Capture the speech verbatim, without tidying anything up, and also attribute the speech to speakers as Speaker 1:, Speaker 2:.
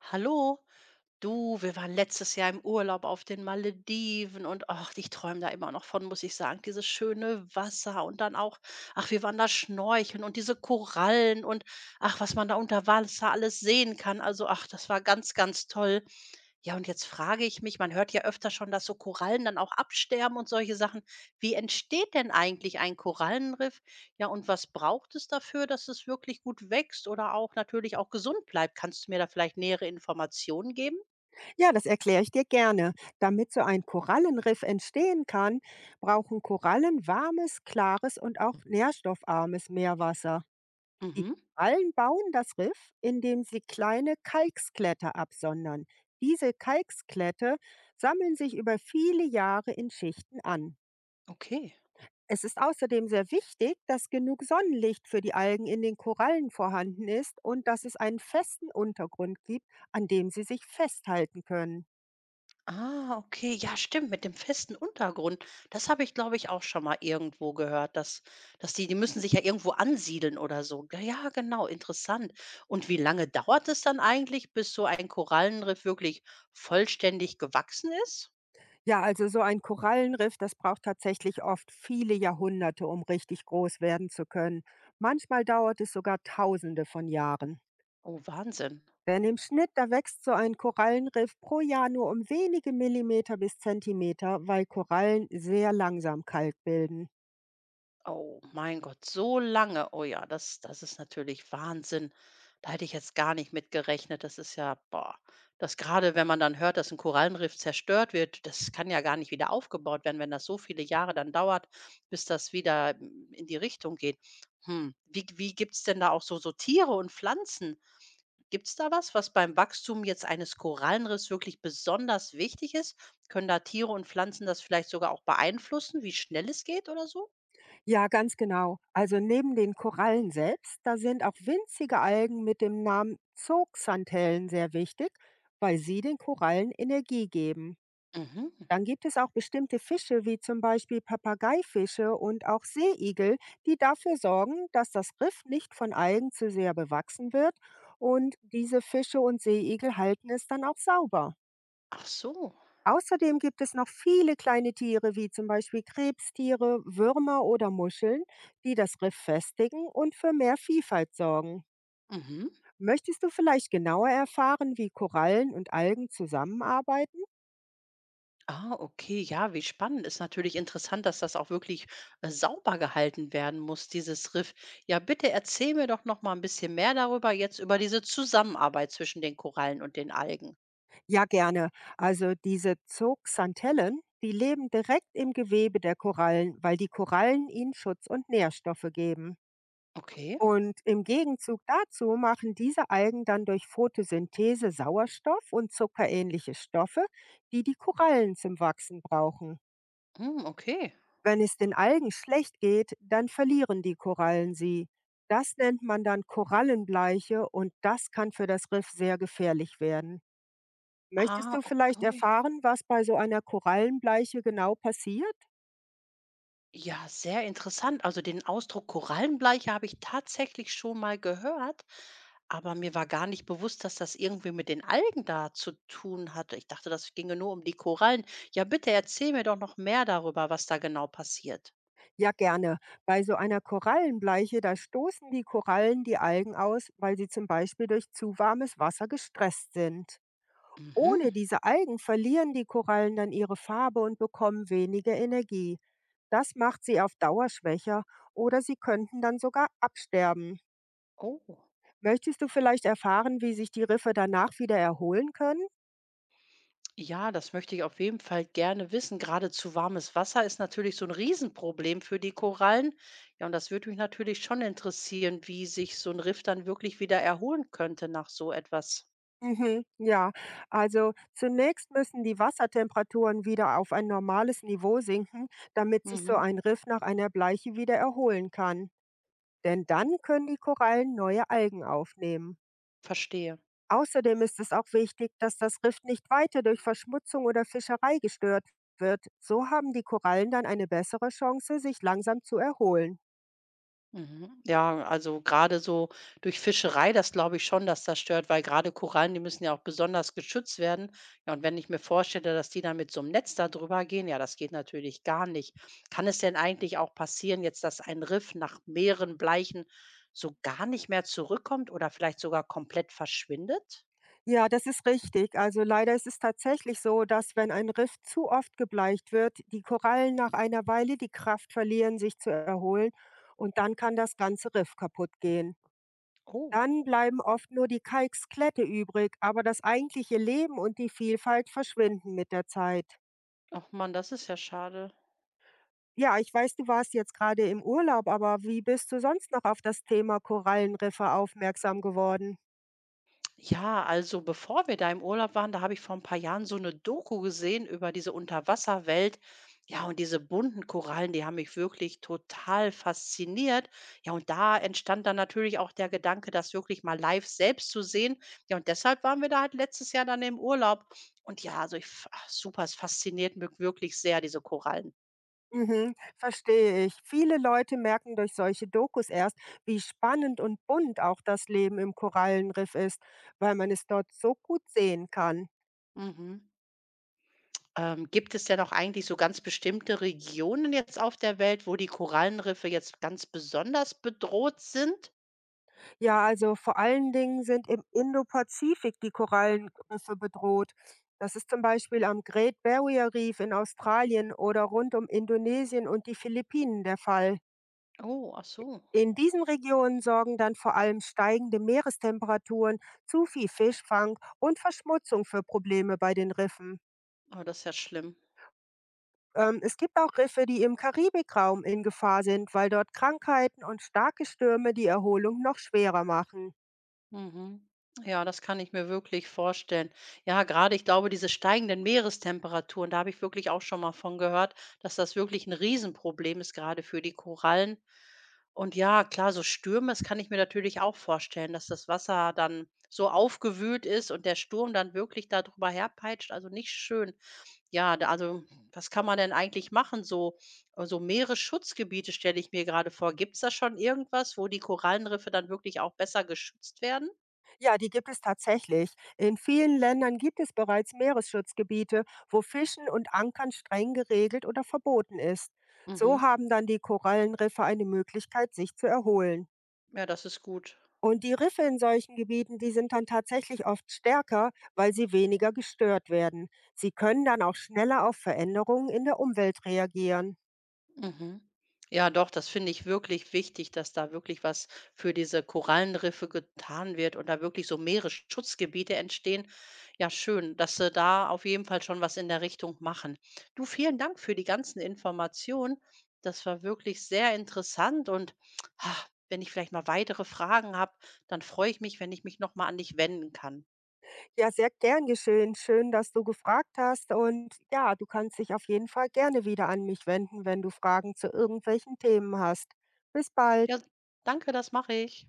Speaker 1: Hallo, du, wir waren letztes Jahr im Urlaub auf den Malediven und ach, ich träume da immer noch von, muss ich sagen. Dieses schöne Wasser und dann auch, ach, wir waren da schnorcheln und diese Korallen und ach, was man da unter Wasser alles sehen kann. Also, ach, das war ganz, ganz toll. Ja, und jetzt frage ich mich, man hört ja öfter schon, dass so Korallen dann auch absterben und solche Sachen. Wie entsteht denn eigentlich ein Korallenriff? Ja, und was braucht es dafür, dass es wirklich gut wächst oder auch natürlich auch gesund bleibt? Kannst du mir da vielleicht nähere Informationen geben?
Speaker 2: Ja, das erkläre ich dir gerne. Damit so ein Korallenriff entstehen kann, brauchen Korallen warmes, klares und auch nährstoffarmes Meerwasser. Die
Speaker 1: Mhm,
Speaker 2: Korallen bauen das Riff, indem sie kleine Kalksklätter absondern. Diese Kalksklette sammeln sich über viele Jahre in Schichten an.
Speaker 1: okay.
Speaker 2: Es ist außerdem sehr wichtig, dass genug Sonnenlicht für die Algen in den Korallen vorhanden ist und dass es einen festen Untergrund gibt, an dem sie sich festhalten können.
Speaker 1: Ah, okay. Ja, stimmt, mit dem festen Untergrund. Das habe ich, glaube ich, auch schon mal irgendwo gehört, dass, dass die, die müssen sich ja irgendwo ansiedeln oder so. Ja, ja, genau, interessant. Und wie lange dauert es dann eigentlich, bis so ein Korallenriff wirklich vollständig gewachsen ist?
Speaker 2: Ja, also so ein Korallenriff, das braucht tatsächlich oft viele Jahrhunderte, um richtig groß werden zu können. Manchmal dauert es sogar Tausende von Jahren.
Speaker 1: Oh, Wahnsinn.
Speaker 2: Denn im Schnitt, da wächst so ein Korallenriff pro Jahr nur um wenige Millimeter bis Zentimeter, weil Korallen sehr langsam Kalk bilden.
Speaker 1: Oh, mein Gott, so lange. Oh ja, das das ist natürlich Wahnsinn. Da hätte ich jetzt gar nicht mit gerechnet. Das ist ja boah, dass grade wenn man dann hört, dass ein Korallenriff zerstört wird, das kann ja gar nicht wieder aufgebaut werden, wenn das so viele Jahre dann dauert, bis das wieder, hm, in die Richtung geht. Hm, wie g wie gibt's denn da auch so so Tiere und Pflanzen? Gibt's da was, was beim Wachstum jetzt eines Korallenriffs wirklich besonders wichtig ist? Können da Tiere und Pflanzen das vielleicht sogar auch beeinflussen, wie schnell es geht oder so?
Speaker 2: Ja, ganz genau. Also neben den Korallen selbst, da sind auch winzige Algen mit dem Namen Zooxanthellen sehr wichtig, weil sie den Korallen Energie geben.
Speaker 1: Mhm.
Speaker 2: Dann gibt es auch bestimmte Fische, wie zum Beispiel Papageifische und auch Seeigel, die dafür sorgen, dass das Riff nicht von Algen zu sehr bewachsen wird. Und diese Fische und Seeigel halten es dann auch sauber.
Speaker 1: Ach so.
Speaker 2: Außerdem gibt es noch viele kleine Tiere, wie zum Beispiel Krebstiere, Würmer oder Muscheln, die das Riff festigen und für mehr Vielfalt sorgen.
Speaker 1: Mhm.
Speaker 2: Möchtest du vielleicht genauer erfahren, wie Korallen und Algen zusammenarbeiten?
Speaker 1: Ah, okay. Ja, wie spannend. Ist natürlich interessant, dass das auch wirklich äh, sauber gehalten werden muss, dieses Riff. Ja, bitte erzähl mir doch noch mal ein bisschen mehr darüber, jetzt über diese Zusammenarbeit zwischen den Korallen und den Algen.
Speaker 2: Ja, gerne. Also diese Zooxanthellen, die leben direkt im Gewebe der Korallen, weil die Korallen ihnen Schutz und Nährstoffe geben.
Speaker 1: Okay.
Speaker 2: Und im Gegenzug dazu machen diese Algen dann durch Photosynthese Sauerstoff und zuckerähnliche Stoffe, die die Korallen zum Wachsen brauchen.
Speaker 1: Hm, okay.
Speaker 2: Wenn es den Algen schlecht geht, dann verlieren die Korallen sie. Das nennt man dann Korallenbleiche und das kann für das Riff sehr gefährlich werden. Möchtest
Speaker 1: Ah,
Speaker 2: du vielleicht
Speaker 1: okay.
Speaker 2: erfahren, was bei so einer Korallenbleiche genau passiert?
Speaker 1: Ja, sehr interessant. Also den Ausdruck Korallenbleiche habe ich tatsächlich schon mal gehört, aber mir war gar nicht bewusst, dass das irgendwie mit den Algen da zu tun hatte. Ich dachte, das ginge nur um die Korallen. Ja, bitte erzähl mir doch noch mehr darüber, was da genau passiert.
Speaker 2: Ja, gerne. Bei so einer Korallenbleiche, da stoßen die Korallen die Algen aus, weil sie zum Beispiel durch zu warmes Wasser gestresst sind.
Speaker 1: Mhm.
Speaker 2: Ohne diese Algen verlieren die Korallen dann ihre Farbe und bekommen weniger Energie. Das macht sie auf Dauer schwächer oder sie könnten dann sogar absterben.
Speaker 1: Oh.
Speaker 2: Möchtest du vielleicht erfahren, wie sich die Riffe danach wieder erholen können?
Speaker 1: Ja, das möchte ich auf jeden Fall gerne wissen. Gerade zu warmes Wasser ist natürlich so ein Riesenproblem für die Korallen. Ja, und das würde mich natürlich schon interessieren, wie sich so ein Riff dann wirklich wieder erholen könnte nach so etwas.
Speaker 2: Mhm, ja, also zunächst müssen die Wassertemperaturen wieder auf ein normales Niveau sinken, damit sich so
Speaker 1: Mhm.
Speaker 2: ein Riff nach einer Bleiche wieder erholen kann. Denn dann können die Korallen neue Algen aufnehmen.
Speaker 1: Verstehe.
Speaker 2: Außerdem ist es auch wichtig, dass das Riff nicht weiter durch Verschmutzung oder Fischerei gestört wird. So haben die Korallen dann eine bessere Chance, sich langsam zu erholen.
Speaker 1: Mhm. Ja, also gerade so durch Fischerei, das glaube ich schon, dass das stört, weil gerade Korallen, die müssen ja auch besonders geschützt werden. Ja, und wenn ich mir vorstelle, dass die dann mit so 'nem Netz da drüber gehen, ja, das geht natürlich gar nicht. Kann es denn eigentlich auch passieren jetzt, dass ein Riff nach mehreren Bleichen so gar nicht mehr zurückkommt oder vielleicht sogar komplett verschwindet?
Speaker 2: Ja, das ist richtig. Also leider ist es tatsächlich so, dass, wenn ein Riff zu oft gebleicht wird, die Korallen nach einer Weile die Kraft verlieren, sich zu erholen und dann kann das ganze Riff kaputt gehen.
Speaker 1: Oh.
Speaker 2: Dann bleiben oft nur die Kalksklette übrig, aber das eigentliche Leben und die Vielfalt verschwinden mit der Zeit.
Speaker 1: Ach man, das ist ja schade.
Speaker 2: Ja, ich weiß, du warst jetzt gerade im Urlaub, aber wie bist du sonst noch auf das Thema Korallenriffe aufmerksam geworden?
Speaker 1: Ja, also bevor wir da im Urlaub waren, da habe ich vor ein paar Jahren so eine Doku gesehen über diese Unterwasserwelt. Ja, und diese bunten Korallen, die haben mich wirklich total fasziniert. Ja, und da entstand dann natürlich auch der Gedanke, das wirklich mal live selbst zu sehen. Ja, und deshalb waren wir da halt letztes Jahr dann im Urlaub. Und ja, also ich f ach super, es fasziniert mich wirklich sehr, diese Korallen.
Speaker 2: Mhm, verstehe ich. Viele Leute merken durch solche Dokus erst, wie spannend und bunt auch das Leben im Korallenriff ist, weil man es dort so gut sehen kann.
Speaker 1: Mhm. Ähm, gibt es denn auch eigentlich so ganz bestimmte Regionen jetzt auf der Welt, wo die Korallenriffe jetzt ganz besonders bedroht sind?
Speaker 2: Ja, also vor allen Dingen sind im Indopazifik die Korallenriffe bedroht. Das ist zum Beispiel am Great Barrier Reef in Australien oder rund um Indonesien und die Philippinen der Fall.
Speaker 1: Oh, ach so.
Speaker 2: In diesen Regionen sorgen dann vor allem steigende Meerestemperaturen, zu viel Fischfang und Verschmutzung für Probleme bei den Riffen.
Speaker 1: Oh, das ist ja schlimm.
Speaker 2: Ähm, es gibt auch Riffe, die im Karibikraum in Gefahr sind, weil dort Krankheiten und starke Stürme die Erholung noch schwerer machen.
Speaker 1: Mhm. Ja, das kann ich mir wirklich vorstellen. Ja, gerade ich glaube, diese steigenden Meerestemperaturen, da habe ich wirklich auch schon mal von gehört, dass das wirklich ein Riesenproblem ist, gerade für die Korallen. Und ja, klar, so Stürme, das kann ich mir natürlich auch vorstellen, dass das Wasser dann so aufgewühlt ist und der Sturm dann wirklich da drüber herpeitscht, also nicht schön. Ja, da also, was kann man denn eigentlich machen? So äh, so Meeresschutzgebiete stelle ich mir gerade vor. Gibt es da schon irgendwas, wo die Korallenriffe dann wirklich auch besser geschützt werden?
Speaker 2: Ja, die gibt es tatsächlich. In vielen Ländern gibt es bereits Meeresschutzgebiete, wo Fischen und Ankern streng geregelt oder verboten ist. So
Speaker 1: Mhm.
Speaker 2: haben dann die Korallenriffe eine Möglichkeit, sich zu erholen.
Speaker 1: Ja, das ist gut.
Speaker 2: Und die Riffe in solchen Gebieten, die sind dann tatsächlich oft stärker, weil sie weniger gestört werden. Sie können dann auch schneller auf Veränderungen in der Umwelt reagieren.
Speaker 1: Mhm. Ja, doch, das finde ich wirklich wichtig, dass da wirklich was für diese Korallenriffe getan wird und da wirklich so Meeresschutzgebiete entstehen. Ja, schön, dass Sie da auf jeden Fall schon was in der Richtung machen. Du, vielen Dank für die ganzen Informationen. Das war wirklich sehr interessant und ah, wenn ich vielleicht mal weitere Fragen habe, dann freue ich mich, wenn ich mich nochmal an dich wenden kann.
Speaker 2: Ja, sehr gern geschehen. Schön, dass du gefragt hast. Und ja, du kannst dich auf jeden Fall gerne wieder an mich wenden, wenn du Fragen zu irgendwelchen Themen hast. Bis bald.
Speaker 1: Ja, danke, das mache ich.